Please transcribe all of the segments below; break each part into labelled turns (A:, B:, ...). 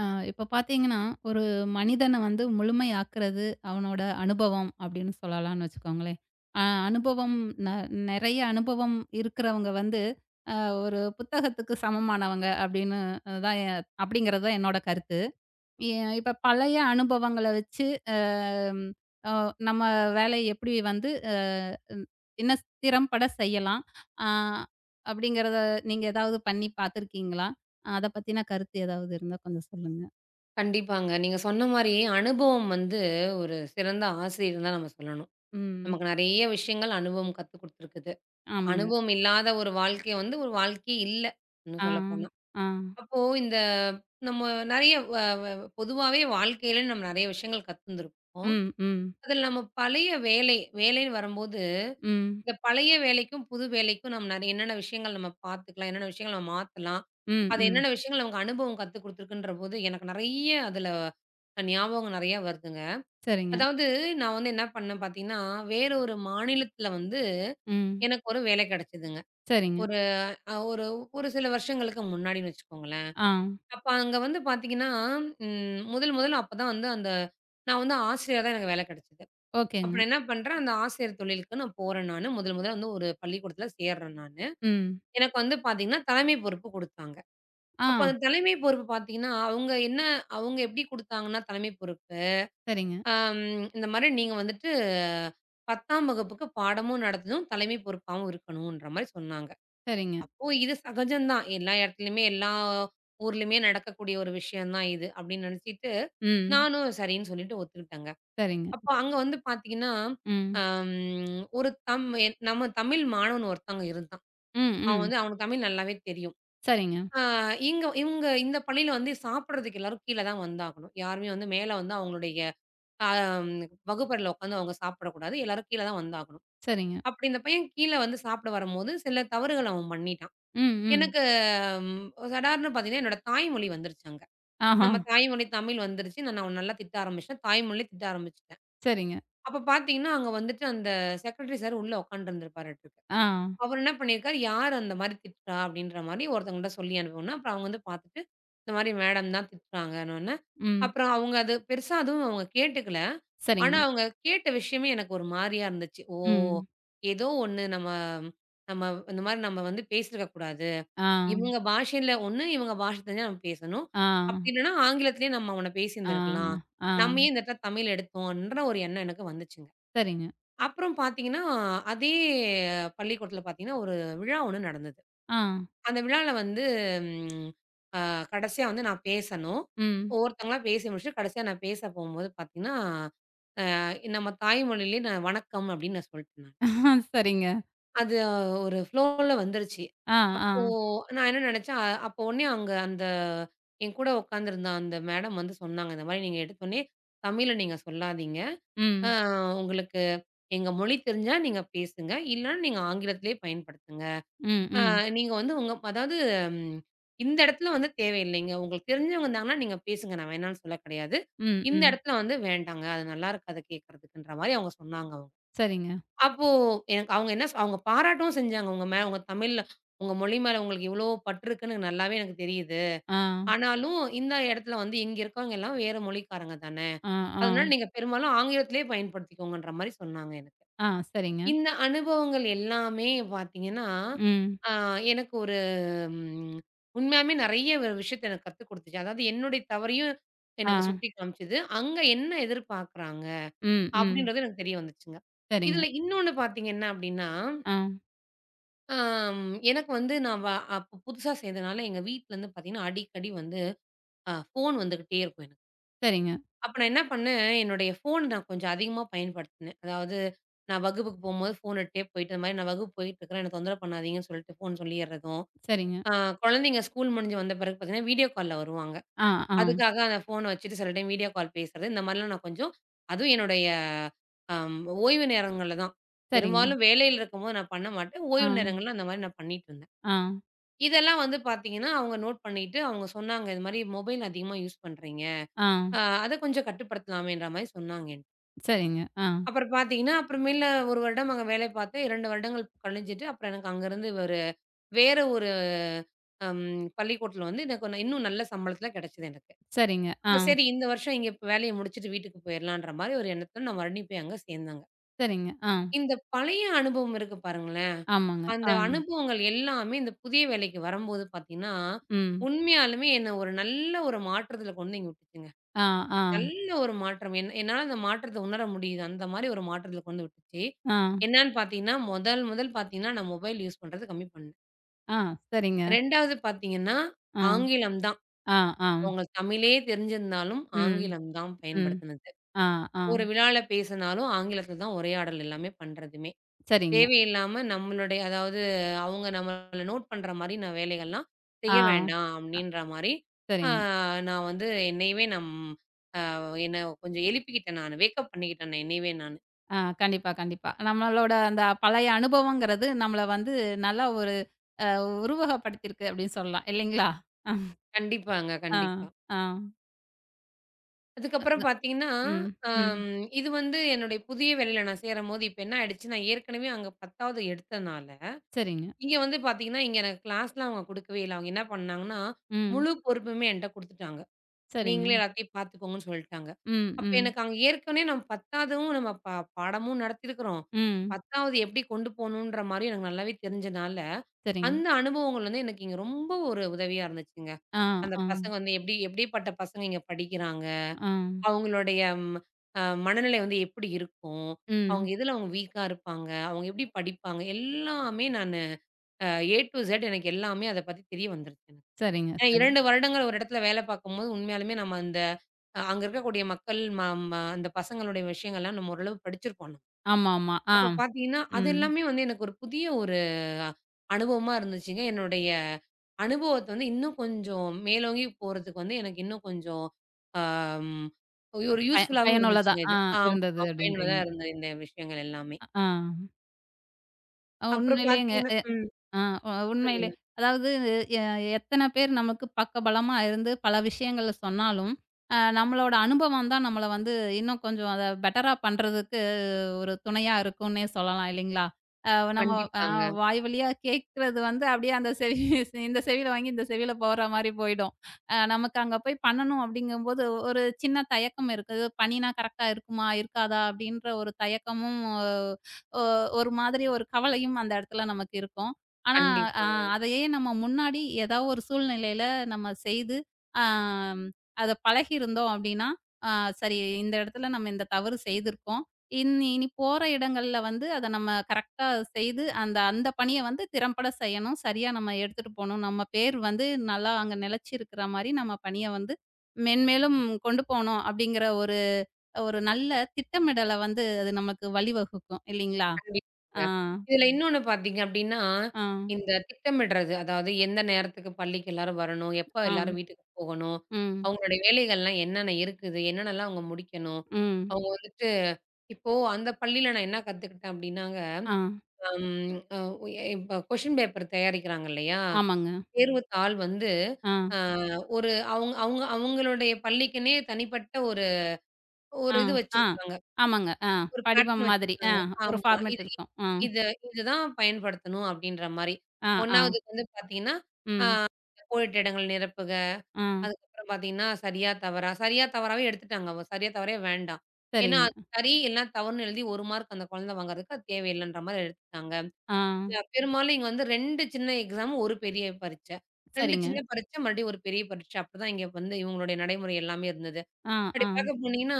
A: ஆ இப்ப பார்த்தீங்கன்னா, ஒரு மனிதன வந்து முழுமையாக்குறது அவனோட அனுபவம் அப்படின்னு சொல்லலாம்னு வச்சுக்கோங்களேன். அ அனுபவம் ந நெறைய அனுபவம் இருக்கிறவங்க வந்து, அ ஒரு புத்தகத்துக்கு சமமானவங்க அப்படின்னு தான் எ அப்படிங்கிறது தான் என்னோட கருத்து. எ இப்ப பழைய அனுபவங்கள வச்சு அ ம் அ நம்ம வேலைய எப்படி வந்து அ ம் இன்னும் திறம்பட செய்யலாம்? அ அப்படிங்கிறத நீங்க ஏதாவது பண்ணி பார்த்துருக்கீங்களா? அத பத்தின கருத்து ஏதாவது இருந்தா கொஞ்சம் சொல்லுங்க.
B: கண்டிப்பாங்க. நீங்க சொன்ன மாரி அனுபவம் வந்து ஒரு சிறந்த ஆசிரியர்ன்னு தான் நம்ம சொல்லணும்.
A: ம்.
B: நமக்கு நெறைய விஷயங்கள் அனுபவம் கத்துக் குடுத்துருக்குது.
A: ஆமாங்க.
B: அனுபவம் இல்லாத ஒரு வாழ்க்கை வந்து ஒரு வாழ்க்கையே இல்ல, இன்னும்
A: ஆ,
B: சொல்லப்போனா.
A: ஆ,
B: அப்போ இந்த நம்ம நெறைய வ வ பொதுவாவே வாழ்க்கையில நம்ம நெறைய விஷயங்கள் கத்துருந்துருப்போம்.
A: ம், ம்,
B: அதில நம்ம பழைய வேலை, வேலைன்னு வரும்போது
A: ம்,
B: இந்த பழைய வேலைக்கும், புது வேலைக்கும் நம்ம நெறைய என்னென்ன விஷயங்கள் நம்ம பார்த்துக்கலாம், என்னென்ன விஷயங்கள் நம்ம மாத்தலாம்.
A: ம்,
B: அது
A: ம்.
B: என்னென்ன விஷயங்கள் அவங்க அனுபவம் கத்துக் குடுத்துருக்குன்றபோது, எனக்கு நெறைய அதுல ஞாபகம் நெறையா வருதுங்க.
A: சரிங்க.
B: அதாவது நான் வந்து என்ன பண்ணேன் பார்த்தீங்கன்னா, வேற ஒரு மாநிலத்தில வந்து
A: ம்.
B: எனக்கு ஒரு வேலை கிடைச்சதுங்க.
A: சரிங்க.
B: ஒரு அ ஒரு ஒரு சில வருஷங்களுக்கு முன்னாடின்னு வச்சுக்கோங்களேன்.
A: ஆ.
B: அப்ப அங்க வந்து பார்த்தீங்கன்னா, முதல் முதல்ல அப்பதான் வந்து அந்த நான் வந்து ஆசிரியரா தான் எனக்கு வேலை கிடைச்சது. அப்ப
A: ஓகேங்க.
B: நான் என்ன பண்றேன், அந்த ஆசிரியர் தொழிலுக்கு நான் போறேன் நானு. முதல் முதல்ல வந்து ஒரு பள்ளிக்கூடத்தில சேர்றேன் நானு.
A: ம்.
B: எனக்கு வந்து பார்த்தீங்கன்னா, தலைமை பொறுப்பு குடுத்தாங்க. அப்ப
A: ஆ.
B: அந்த தலைமை பொறுப்பு பார்த்தீங்கன்னா, அவங்க என்ன அவங்க எப்படி குடுத்தாங்கன்னா, தலைமை பொறுப்பு,
A: சரிங்க,
B: அம் இந்த மாரி நீங்க வந்துட்டு 10ஆம் வகுப்புக்கு பாடமும் நடத்தணும், தலைமை பொறுப்பாவும் இருக்கணுன்ற மாரி சொன்னாங்க.
A: சரிங்க.
B: அப்போ இது சகஜம் தான். எல்லா இடத்துலயுமே, எல்லா ஊர்லயுமே நடக்கக்கூடிய ஒரு விஷயம் தான் இது அப்படின்னு நினைச்சிட்டு,
A: ம்.
B: நானும் சரின்னு சொல்லிட்டு ஒத்துக்கிட்டேங்க.
A: சரிங்க.
B: அப்போ அங்க வந்து பார்த்தீங்கன்னா,
A: ம்.
B: அம் ஒரு தம் நம்ம தமிழ் மாணவன் ஒருத்தவங்க இருந்தான்.
A: ம்,
B: அவன்
A: ம்.
B: வந்து அவனுக்கு தமிழ் நல்லாவே தெரியும்.
A: சரிங்க,
B: ஆ இங்க இவங்க இந்த பள்ளியில வந்து சாப்பிடுறதுக்கு எல்லாரும் கீழ தான் வந்தாகணும். யாருமே வந்து மேல வந்து அவங்களுடைய அ வகுப்பறையில உட்காந்து அவங்க சாப்பிடக்கூடாது. எல்லாரும் கீழ தான் வந்தாகணும்.
A: சரிங்க.
B: அப்படி இந்த பையன் கீழ வந்து சாப்பிட வரும்போது சில தவறுகள் அவன் பண்ணிட்டான்.
A: ம், ம்.
B: எனக்கு ம் சடார்ன்னு பார்த்தீங்கன்னா, என்னோட தாய்மொழி வந்துருச்சு அங்க.
A: ஆஹா.
B: நம்ம தாய்மொழி தமிழ் வந்துருச்சு. நான் அவன நல்லா திட்ட ஆரம்பிச்சுட்டேன். தாய்மொழியில திட்ட ஆரம்பிச்சுட்டேன்.
A: சரிங்க.
B: அப்ப பார்த்தீங்கன்னா, அங்க வந்துட்டு அந்த செக்ரட்டரி சார் உள்ள உட்காந்துருந்துருப்பாராட்டுருக்கு.
A: ஆ.
B: அவர் என்ன பண்ணியிருக்காரு, யார் அந்த மாரி திட்டுறா? அப்படின்ற மாரி ஒருத்தவங்கள்ட்ட சொல்லி அனுப்புனோன, அப்புறம் அவங்க வந்து பார்த்துட்டு, இந்த மாரி மேடம் தான் திட்டுறாங்கன்னோன,
A: ம்.
B: அப்புறம் அவங்க அது பெருசா அதுவும் அவங்க கேட்டுக்கல.
A: சரிங்க.
B: ஆனா, அவங்க கேட்ட விஷயமே எனக்கு ஒரு மாரியா இருந்துச்சு. ஓ!
A: ம்.
B: ஏதோ ஒண்ணு நம்ம நம்ம இந்த மாரி நம்ம வந்து பேசியிருக்க கூடாது.
A: ஆ,
B: இவங்க பாஷையில ஒண்ணு, இவங்க பாஷை தெரிஞ்சா நம்ம பேசணும்.
A: ஆ,
B: அப்படி இல்லன்னா ஆங்கிலத்திலேயே நம்ம அவன
A: ஆ,
B: பேசியிருந்திருக்கலாம்.
A: ஆ.
B: நம்ம ஏன் இந்த இடத்துல தமிழ் எடுத்தோன்ற ஒரு எண்ணம் எனக்கு வந்துச்சுங்க.
A: சரிங்க.
B: அப்புறம் பார்த்தீங்கன்னா, அதே பள்ளிக்கூடத்தில பார்த்தீங்கன்னா, ஒரு விழா ஒண்ணு நடந்தது.
A: ஆ.
B: அந்த விழால வந்து ம் அ கடைசியா வந்து நான் பேசணும்.
A: ம்.
B: ஒவ்வொருத்தங்களா பேசி முடிச்சுட்டு கடைசியா நான் பேச போம்போது பார்த்தீங்கன்னா, அ நம்ம தாய்மொழியிலேயே நான் வணக்கம் அப்படின்னு நான் சொல்ட்டேன் நான்.
A: சரிங்க.
B: அது ஒரு ஃப்ளோல வந்துருச்சு.
A: ஆ, ஆ.
B: அப்போ நான் என்ன நெனச்சேன், அப்போ உடனே அங்க அந்த என் கூட உட்காந்துருந்த அந்த மேடம் வந்து சொன்னாங்க, "இந்த மாரி நீங்க எடுத்தோனே தமிழ்ல நீங்க சொல்லாதீங்க. அ
A: ம்.
B: உங்களுக்கு" எங்க மொழி தெரிஞ்சா நீங்க பேசுங்க. இல்லன்னா நீங்க ஆங்கிலத்திலேயே பயன்படுத்துங்க.
A: ம்,
B: அ
A: ம்.
B: நீங்க வந்து உங்க அதாவது ம் இந்த இடத்துல வந்து தேவையில்லைங்க. உங்களுக்கு தெரிஞ்சவங்க இருந்தாங்கன்னா, நீங்க பேசுங்க. நான் வேணான்னு சொல்ல கிடையாது.
A: ம்,
B: இந்த
A: ம்.
B: இடத்துல வந்து வேண்டாங்க. அது நல்லா இருக்காது கேட்கறதுக்குன்ற மாரி அவங்க சொன்னாங்க அவங்க.
A: சரிங்க.
B: அப்போ எனக்கு அவங்க என்ன அவங்க பாராட்டவும் செஞ்சாங்க. உங்க மேல உங்க தமிழ்ல உங்க மொழி மேல உங்களுக்கு இவ்வளோ பற்று இருக்குன்னு எனக்கு நல்லாவே எனக்கு தெரியுது.
A: ஆ.
B: ஆனாலும் இந்த இடத்துல வந்து இங்க இருக்கவங்க எல்லாம் வேற மொழிக்காரங்க தானே.
A: ஆ, ஆ,
B: அதனால நீங்க பெரும்பாலும் ஆங்கிலத்திலேயே பயன்படுத்திக்கோங்கன்ற மாரி சொன்னாங்க எனக்கு.
A: ஆ, சரிங்க.
B: இந்த அனுபவங்கள் எல்லாமே பார்த்தீங்கன்னா,
A: ம்.
B: ஆ எனக்கு ஒரு ம் உண்மையாலுமே நெறைய ஒரு விஷயத்த எனக்கு கத்துக் குடுத்துச்சு. அதாவது என்னுடைய தவறையும்
A: ஆ.
B: எனக்கு சுட்டி காமிச்சது. அங்க என்ன எதிர்பார்க்குறாங்க?
A: ம், ம்.
B: அப்படின்றது எனக்கு தெரிய வந்துச்சுங்க.
A: சரிங்க.
B: இதுல இன்னொன்னு பார்த்தீங்கன்னா அப்படின்னா,
A: ஆ.
B: ஆம் எனக்கு வந்து நான் வ அப்ப புதுசா சேர்ந்தனால எங்க வீட்லருந்து பார்த்தீங்கன்னா, அடிக்கடி வந்து ஃபோன் வந்துகிட்டே இருக்கும் எனக்கு.
A: சரிங்க,
B: அப்ப நான் என்ன பண்ணேன், என்னுடைய ஃபோன் நான் கொஞ்சம் அதிகமா பயன்படுத்தினேன். அதாவது நான் வகுப்புக்கு போம்போது ஃபோன் எடுத்துட்டே போயிட்டு, இந்த மாரி நான் வகுப்பு போயிட்டுருக்கிறேன், என்ன தொந்தரவு பண்ணாதீங்கன்னு சொல்லிட்டு ஃபோன் சொல்லிர்றதும்,
A: சரிங்க.
B: அ குழந்தைங்க ஸ்கூல் முடிஞ்சு வந்த பிறகு பார்த்தீங்கன்னா, வீடியோ கால்ல வருவாங்க.
A: ஆ, ஆ.
B: அதுக்காக அந்த ஃபோன வச்சுட்டு சில டைம் வீடியோ கால் பேசுறது, இந்த மாரிலாம் நான் கொஞ்சம் அதுவும் என்னுடைய அம் ஓய்வு நேரங்கள்ல தான்.
A: சரிங்க.
B: பெரும்பாலும் வேலையில இருக்கும்போது நான் பண்ண மாட்டேன்.
A: ஆ,
B: ஓய்வு நேரங்கள்ல அந்த மாரி நான் பண்ணிட்டுருந்தேன்.
A: ஆ,
B: இதெல்லாம் வந்து பார்த்தீங்கன்னா, அவங்க நோட் பண்ணிட்டு அவங்க சொன்னாங்க, "இது மாரி மொபைல் அதிகமா யூஸ் பண்றீங்க.
A: ஆ.
B: அத கொஞ்சம் கட்டுப்படுத்தலாமேன்ற" மாரி சொன்னாங்க.
A: சரிங்க. ஆ.
B: அப்புறம் பார்த்தீங்கன்னா, அப்புறமேல 1 வருடம் அங்க வேலை பார்த்தேன். 2 வருடங்கள் கழிஞ்சுட்டு, அப்புறம் எனக்கு அங்கருந்து ஒரு வேற ஒரு அம் பள்ளிக்கூடத்துல வந்து எனக்கு இன்னும் நல்ல சம்பளத்துல கிடைச்சது எனக்கு.
A: சரிங்க. ஆ.
B: அப்ப சரி இந்த வருஷம் இங்க இப்ப வேலைய முடிச்சுட்டு வீட்டுக்கு போயிரலான்ற மாரி ஒரு எண்ணத்துல நான் மறுபடியும் போய் அங்க சேர்ந்தேங்க.
A: சரிங்க. ஆ.
B: இந்த பழைய அனுபவம் இருக்கு பாருங்களேன்,
A: ஆமாங்க.
B: அந்த
A: ஆ.
B: அனுபவங்கள் எல்லாமே இந்த புதிய வேலைக்கு வரும்போது பார்த்தீங்கன்னா,
A: ம்.
B: உண்மையாலுமே என்ன ஒரு நல்ல ஒரு மாற்றத்துல கொண்டு இங்க விட்டுச்சுங்க.
A: ஆ, ஆ,
B: நல்ல ஒரு மாற்றம். என் என்னால அந்த மாற்றத்த உணர முடியுது. அந்த மாரி ஒரு மாற்றத்துல கொண்டு விட்டுச்சு.
A: ஆ,
B: என்னான்னு பார்த்தீங்கன்னா, முதல் முதல் பார்த்தீங்கன்னா, நான் மொபைல் யூஸ் பண்றது கம்மி பண்ணேன்.
A: ஆ. சரிங்க.
B: 2வது பார்த்தீங்கன்னா,
A: ஆ,
B: ஆங்கிலம் தான்.
A: ஆ, ஆ.
B: அவங்க தமிழே தெரிஞ்சிருந்தாலும்,
A: ம்,
B: ஆங்கிலம் தான்
A: ம்.
B: பயன்படுத்தினது.
A: ஆ, ஆ.
B: ஒரு விழால பேசினாலும் ஆங்கிலத்துல தான் உரையாடல் எல்லாமே பண்றதுமே.
A: சரிங்க.
B: தேவையில்லாம நம்மளுடைய அதாவது அவங்க நம்மள நோட் பண்ற மாரி நான் வேலைகள்லாம்
A: ஆ,
B: செய்ய வேண்டாம் அப்டின்ற மாரி, ஆ
A: சரிங்க.
B: நான் வந்து என்னையவே நம் அ என்ன கொஞ்சம் எழுப்பிக்கிட்டேன் நானு. வேக்கப் பண்ணிக்கிட்டேன் நான் என்னையவே நானு.
A: ஆ, கண்டிப்பா, கண்டிப்பா. நம்மளோட அந்த பழைய அனுபவங்கிறது நம்மள வந்து நல்லா ஒரு அ உருவகப்படுத்தியிருக்கு அப்படின்னு சொல்லலாம். இல்லைங்களா?
B: கண்டிப்பாங்க,
A: ஆ,
B: கண்டிப்பா.
A: ஆ.
B: அதுக்கப்புறம்
A: அதான்.
B: பார்த்தீங்கன்னா,
A: ம், ம்.
B: அம் இது வந்து என்னுடைய புதிய வேலையில நான் சேரும்போது இப்ப என்ன ஆயிடுச்சு, நான் ஏற்கனவே அங்க 10வது எடுத்தனால,
A: சரிங்க.
B: இங்க வந்து பார்த்தீங்கன்னா, இங்க எனக்கு கிளாஸ்லாம் அவங்க குடுக்கவே இல்ல. அவங்க என்ன பண்ணாங்கன்னா,
A: ம்.
B: முழு பொறுப்புமே என்ட்ட குடுத்துட்டாங்க.
A: சரிங்க.
B: நீங்களே எல்லாத்தையும் பார்த்துக்கோங்கன்னு சொல்லிட்டாங்க.
A: ம்,
B: அப்ப
A: ம்.
B: எனக்கு அங்க ஏற்கனவே நம்ம 10ஆவதும் நம்ம பாடமும் நடத்தியிருக்கிறோம்.
A: ம்.
B: 10ஆவது எப்படி கொண்டு போணுன்ற மாரியும் எனக்கு நல்லாவே தெரிஞ்சனால,
A: சரிங்க.
B: அந்த அனுபவங்கள் வந்து எனக்கு இங்க ரொம்ப ஒரு உதவியா இருந்துச்சுங்க.
A: ஆ,
B: அந்த
A: ஆ,
B: பசங்க வந்து எப்படி எப்படிப்பட்ட பசங்க இங்க படிக்கிறாங்க,
A: ஆ.
B: அவங்களுடைய ம் அ மனநிலை வந்து எப்படி இருக்கும், அவங்க
A: ம்.
B: எதுல அவங்க வீக்கா இருப்பாங்க, அவங்க எப்படி படிப்பாங்க எல்லாமே நானு அ ஏ டூ இசட் எனக்கு எல்லாமே அத பத்தி தெரிய வந்துருச்சு.
A: சரிங்க,
B: ஏன்னா
A: சரிங்க.
B: 2 வருடங்கள் ஒரு இடத்துல வேலை பார்க்கும்போது, உண்மையாலுமே நம்ம அந்த அங்க இருக்கக்கூடிய மக்கள் ம ம அந்த பசங்களுடைய விஷயங்கள்லாம் நம்ம ஓரளவு படிச்சிருப்போம் நம்ம.
A: ஆமாமா. ஆ.
B: அப்ப பார்த்தீங்கன்னா, அது
A: ம்.
B: எல்லாமே வந்து எனக்கு ஒரு புதிய ஒரு அ, அனுபவமா இருந்துச்சுங்க. என்னுடைய அனுபவத்த வந்து இன்னும் கொஞ்சம் மேலோங்கி போறதுக்கு வந்து எனக்கு இன்னும் கொஞ்சம் ஆம் ஒரு யூஸ்ஃபுல்லாவும்
A: பயனுள்ளதா
B: இருந்துச்சுங்க
A: ஆ
B: இது.
A: இருந்தது
B: ஆமா. பயனுள்ளதா
A: அப்படின்றீங்க.
B: இருந்தது இந்த விஷயங்கள் எல்லாமே.
A: ஆ.
B: அப்புறம்
A: உண்மையிலேயேங்க
B: பார்த்தீங்கன்னா
A: ஆ உ உண்மையிலே.
B: சொல்லுங்க.
A: அதாவது எ எத்தன பேர் நமக்கு பக்கபலமா இருந்து பல விஷயங்கள சொன்னாலும், நம்மளோட அனுபவம் தான் நம்மள வந்து இன்னும் கொஞ்சம் அத பெட்டரா பண்றதுக்கு ஒரு துணையா இருக்கும்னே சொல்லலாம் இல்லைங்களா? அ நம்ம அ
B: கண்டிப்பாங்க.
A: வாய் வழியா கேட்கறது வந்து அப்படியே அந்த செவி இந்த செவியில வாங்கி இந்த செவியில போற மாரி போயிடும். நமக்கு அங்க போய் பண்ணணும் அப்படிங்கும்போது ஒரு சின்ன தயக்கம் இருக்குது. பண்ணினா கரெக்ட்டா இருக்குமா? இருக்காதா? அப்படின்ற ஒரு தயக்கமும், ஆ, ஒ ஒரு மாதிரி ஒரு கவலையும் அந்த இடத்துல நமக்கு இருக்கும். ஆனா, அ
B: கண்டிப்பா.
A: அதையே நம்ம முன்னாடி ஏதாவது ஒரு சூழ்நிலையில நம்ம செய்து, ஆம் அத பழகியிருந்தோம் அப்டின்னா, ஆ சரி இந்த இடத்துல நம்ம இந்த தவறு செய்திருக்கோம். இனி இனி போற இடங்கள்ல வந்து அத நம்ம கரெக்ட்டா செய்து, அந்த அந்த பணிய வந்து திறம்பட செய்யணும். சரியா நம்ம எடுத்துட்டு போணும். நம்ம பேர் வந்து நல்லா அங்க நிலைச்சிருக்கிற மாரி நம்ம பணிய வந்து மென்மேலும் கொண்டு போணும் அப்டிங்கிற ஒரு ஒரு நல்ல திட்டமிடல வந்து அது நமக்கு வழிவகுக்கும் இல்லைங்களா?
B: கண்டிப்பாங்க.
A: ஆ,
B: இதுல இன்னொன்னு பார்த்தீங்க அப்டின்னா,
A: ஆ,
B: இந்த திட்டமிடுறது. அதாவது எந்த நேரத்துக்கு பள்ளிக்கு எல்லாரும் வரணும், எப்ப
A: ஆம்.
B: எல்லாரும் வீட்டுக்கு போகணும்,
A: ம்,
B: அவங்களுடைய வேலைகள்லாம் என்னென்ன இருக்குது, என்னென்னலாம் அவங்க முடிக்கணும்.
A: ம்.
B: அவங்க வந்துட்டு இப்போ அந்த பள்ளியில நான் என்ன கத்துக்கிட்டேன் அப்டின்னாங்க,
A: ஆ.
B: அம் அ இப்ப கொஸ்டின் பேப்பர் தயாரிக்கிறாங்க இல்லையா?
A: ஆமாங்க.
B: தேர்வுத்தாள் வந்து
A: ஆ,
B: அ ஒரு அவங்க அவங்க அவங்களுடைய பள்ளிக்குன்னே தனிப்பட்ட ஒரு ஒரு
A: ஆ,
B: இது
A: ஆ.
B: வச்சிருக்காங்க.
A: ஆமாங்க. ஆ.
B: ஒரு
A: படிவம்
B: பேட்டர்ன்
A: மாதிரி. ஆ.
B: வச்சிருக்காங்க.
A: ஒரு
B: ஆமா.
A: ஃபார்மேட் இருக்கும். ஆ,
B: இத இதுதான் பயன்படுத்தணும் அப்டின்ற மாரி.
A: ஆ, ஆ.
B: 1வதுக்கு வந்து பாத்தீங்கன்னா, ஆ
A: ம்.
B: கோடிட்ட இடங்கள் நிரப்புக.
A: ஆ.
B: அதுக்கப்புறம் பாத்தீங்கன்னா, சரியா, தவறா. சரியா, தவறாவே எடுத்துட்டாங்க. அவ சரியா, தவறே வேண்டாம். ஏன்னா,
A: சரிங்க.
B: அது சரி இல்லன்னா தவறுன்னு எழுதி 1 மார்க் அந்த குழந்தை வாங்குறதுக்கு அது தேவையில்லன்ற மாரி எடுத்துட்டாங்க.
A: ஆ.
B: பெரும்பாலும் இங்க வந்து 2 சின்ன எக்ஸாம், 1 பெரிய பரீட்சை. 2
A: சரிங்க.
B: சின்ன பரீட்சை, மறுபடியும் ஒரு பெரிய பரீட்சை. அப்டிதான் இங்க வந்து இவங்களுடைய நடைமுறை எல்லாமே இருந்தது.
A: ஆ,
B: அப்படி
A: ஆ.
B: பார்க்க போனீங்கன்னா,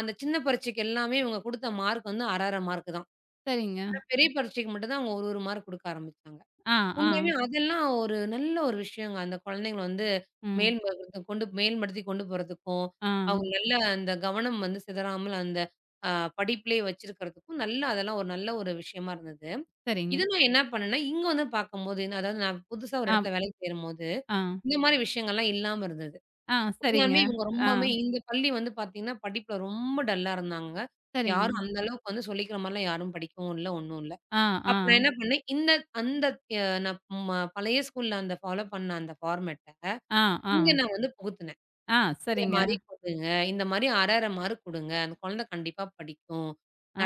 B: அந்த சின்ன பரீட்சைக்கு எல்லாமே இவங்க குடுத்த மார்க் வந்து 1 1/2 மார்க் தான்.
A: சரிங்க.
B: ஆனா பெரிய பரீட்சைக்கு மட்டும் தான் அவங்க ஒரு மார்க் குடுக்க ஆரம்பிச்சாங்க.
A: ஆ, ஆ.
B: உண்மையாவே அதெல்லாம் ஒரு நல்ல ஒரு விஷயங்க. அந்த கொழந்தைங்கள வந்து
A: ம்.
B: மேல்படுத்த கொண்டு மேல்படுத்தி கொண்டு போறதுக்கும்,
A: ஆ.
B: அவங்க நல்ல அந்த கவனம் வந்து சிதறாமல் அந்த அ படிப்பிலேயே வச்சிருக்கிறதுக்கும் நல்ல அதெல்லாம் ஒரு நல்ல ஒரு விஷயமா இருந்தது.
A: சரிங்க.
B: இது நான் என்ன பண்ணேன்னா, இங்க வந்து பார்க்கும்போது, அதாவது நான் புதுசா ஒரு
A: ஆ,
B: இடத்துல வேலைக்கு சேரும்போது,
A: ஆ,
B: இந்த மாரி விஷயங்கள்லாம் இல்லாம இருந்தது.
A: ஆ. சரிங்க.
B: உண்மையாலுமே இவங்க
A: ஆ.
B: ரொம்பவுமே இந்த பள்ளி வந்து பார்த்தீங்கன்னா, படிப்புல ரொம்ப டல்லா இருந்தாங்க.
A: சரிங்க.
B: யாரும் அந்த அளவுக்கு வந்து சொல்லிக்கிற மாரிலாம் யாரும் படிக்கவும் இல்ல, ஒண்ணும் இல்ல.
A: ஆ, ஆ.
B: அப்ப நான் என்ன பண்ணேன், இந்த அந்த அ நான் பழைய ஸ்கூல்ல அந்த ஃபாலோ பண்ண அந்த ஃபார்மேட்ட
A: ஆ, ஆ.
B: இங்க நான் வந்து புகுத்துனேன்.
A: ஆ.
B: இந்த
A: சரிங்க.
B: மாரி குடுங்க, இந்த மாரி அரை, அரை மார்க் குடுங்க. அந்த குழந்தை கண்டிப்பா படிக்கும்.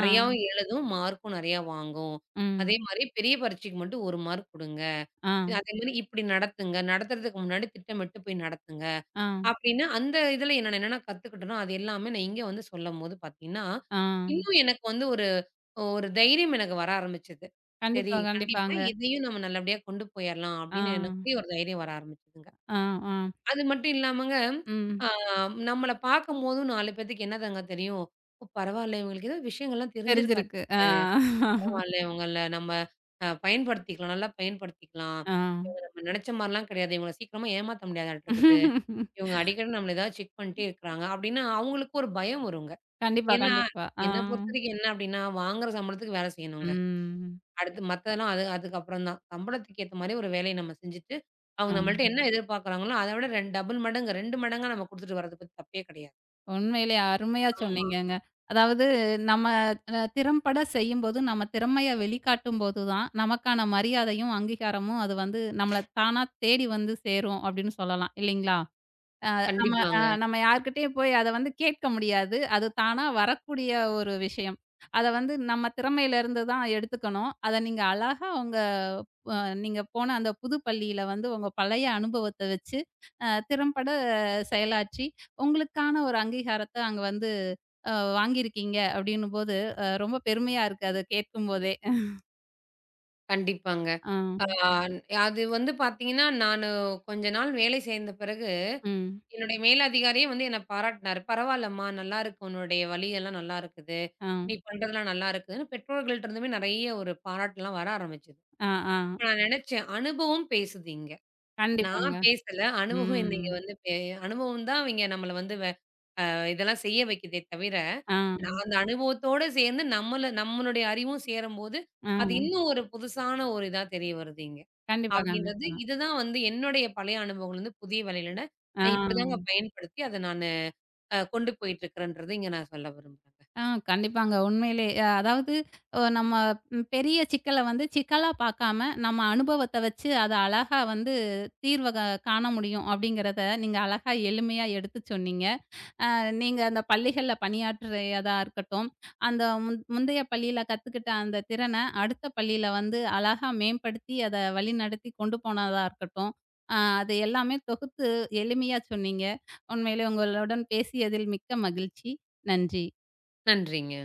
A: ஆ.
B: எழுதும், மார்க்கும் நெறையா வாங்கும்.
A: ம்.
B: அதே மாரி பெரிய பரீட்சைக்கு மட்டும் 1 மார்க் குடுங்க.
A: ஆ,
B: அதே மாரி இப்படி நடத்துங்க. நடத்துறதுக்கு முன்னாடி திட்டமிட்டு போய் நடத்துங்க.
A: ஆ,
B: அப்படின்னு அந்த இதுல நான் என்னென்ன கத்துக்கிட்டனோ, அது எல்லாமே நான் இங்க வந்து சொல்லும்போது பார்த்தீங்கன்னா,
A: ஆ.
B: இன்னும் எனக்கு வந்து ஒரு ஒரு தைரியம் எனக்கு வர ஆரம்பிச்சது. சரி
A: கண்டிப்பா,
B: கண்டிப்பா
A: கண்டிப்பாங்க.
B: இதையும் நம்ம நல்லபடியா கொண்டு போயிரலாம்
A: ஆ,
B: அப்படின்னு எனக்குள்ளேயே ஒரு தைரியம் வர ஆரம்பிச்சதுங்க.
A: ஆ, ஆ.
B: அது மட்டும் இல்லாமங்க,
A: ம்.
B: ஆ நம்மள பார்க்கும்போதும் 4 பேத்துக்கு என்னதாங்க தெரியும்? ஓ! பரவால்ல இவங்களுக்கு ஏதோ விஷயங்கள்லாம் தெரிஞ்சிருக்காட்டு.
A: தெரிஞ்சிருக்கு. ஆ.
B: பரவால்ல இவங்கள நம்ம பயன்படுத்திக்கலாம், நல்லா பயன்படுத்திக்கலாம்.
A: ஆ.
B: இவங்க நம்ம நினைச்ச மாரிலாம் கிடையாது. இவங்கள சீக்கிரமா ஏமாத்த முடியாதாட்டு இருக்குது. இவங்க அடிக்கடி நம்மள ஏதாவது செக் பண்ணிட்டே இருக்கிறாங்க அப்டின்னா, அவங்களுக்கு ஒரு பயம் வருங்க.
A: கண்டிப்பா,
B: ஏன்னா, ம்.
A: கண்டிப்பா. ஆ.
B: என்ன பொறுத்தவரைக்கும் என்ன அப்டின்னா, வாங்குற சம்பளத்துக்கு வேல செய்யணுங்க.
A: ம்.
B: அடுத்து மத்ததெல்லாம் அது அதுக்கப்புறம் தான். சம்பளத்துக்கு ஏத்த மாரி ஒரு வேலைய நம்ம செஞ்சுட்டு, அவங்க
A: ம்.
B: நம்மள்ட்ட என்ன எதிர்பார்க்குறாங்களோ, அத விட 2 டபுள் மடங்கு 2 மடங்கா நம்ம குடுத்துட்டு வர்றது பத்தி தப்பே கிடையாது.
A: உண்மையிலே அருமையா
B: ஆமா.
A: சொன்னீங்கங்க. அதாவது நம்ம திறம்பட செய்யும்போது, நம்ம திறமைய வெளிக்காட்டும்போது தான், நமக்கான மரியாதையும், அங்கீகாரமும் அது வந்து நம்மள தானா தேடி வந்து சேரும் அப்படின்னு சொல்லலாம். இல்லைங்களா?
B: கண்டிப்பாங்க,
A: நம்ம யார்கிட்டயும் போய் அத வந்து கேட்க முடியாது. அது தானா வரக்கூடிய ஒரு விஷயம். அத வந்து நம்ம திறமையிலருந்து தான் எடுத்துக்கணும். அத நீங்க அழகா உங்க அ நீங்க போன அந்த புது பள்ளியில வந்து உங்க பழைய அனுபவத்த வச்சு, திறம்பட செயலாற்றி, உங்களுக்கான ஒரு அங்கீகாரத்த அங்க வந்து அ வாங்கியிருக்கீங்க அப்டின்னும்போது, ரொம்ப பெருமையா இருக்கு அத கேட்கும்போதே.
B: கண்டிப்பாங்க.
A: ஆ,
B: ஆ அது வந்து பார்த்தீங்கன்னா, நானு கொஞ்ச நாள் வேலை சேர்ந்த பிறகு
A: ம்.
B: என்னுடைய மேலதிகாரியே வந்து என்ன பாராட்டினாரு. "பரவால்லம்மா, நல்லாருக்கு. உன்னுடைய வழியெல்லாம் நல்லா இருக்குது.
A: ஆ,
B: நீ பண்றதெல்லாம் நல்லா இருக்குதுன்னு" பெற்றோர்கள்ட்ட இருந்துமே நெறைய ஒரு பாராட்டுலாம் வர ஆரம்பிச்சது.
A: ஆ, ஆ.
B: அப்ப நான் நெனச்சேன், அனுபவம் பேசுது இங்க. நான்
A: கண்டிப்பாங்க.
B: பேசல, அனுபவம் என்ன
A: ம்.
B: இங்க வந்து அனுபவம் தான் இவிங்க நம்மள வந்து இதெல்லாம் செய்ய வைக்குதே தவிர,
A: ஆ,
B: நான் அந்த அனுபவத்தோட சேர்ந்து நம்மள நம்மளுடைய அறிவும் சேரும்போது,
A: ஆ.
B: அது இன்னும் ஒரு புதுசான ஒரு இதா தெரிய வருது இங்க.
A: கண்டிப்பா,
B: அப்படின்றது
A: கண்டிப்பா.
B: இதுதான் வந்து என்னுடைய பழைய அனுபவங்கள்லருந்து புதிய வேலையில
A: ஆ.
B: நான் இப்படிதாங்க பயன்படுத்தி அத நான் கொண்டு போயிட்டுருக்கிறேன்றத இங்க நான் சொல்ல விரும்புறேங்க.
A: ஆ கண்டிப்பாங்க. உண்மையிலே. அதாவது அ நம்ம ம் பெரிய சிக்கல வந்து சிக்கலா பார்க்காம, நம்ம அனுபவத்த வச்சு அத அழகா வந்து தீர்வ காண முடியும் அப்படிங்கிறத நீங்க அழகா எளிமையா எடுத்து சொன்னீங்க. நீங்க அந்த பள்ளிகள்ல பணியாற்றியதா இருக்கட்டும், அந்த முந்தைய பள்ளியில கத்துக்கிட்ட அந்த திறன அடுத்த பள்ளியில வந்து அழகா மேம்படுத்தி அத வழிநடத்தி கொண்டு போனதா இருக்கட்டும், அ அது எல்லாமே தொகுத்து எளிமையா சொன்னீங்க. உண்மையிலே உங்களுடன் பேசியதில் மிக்க மகிழ்ச்சி. நன்றி.
B: நன்றிங்க.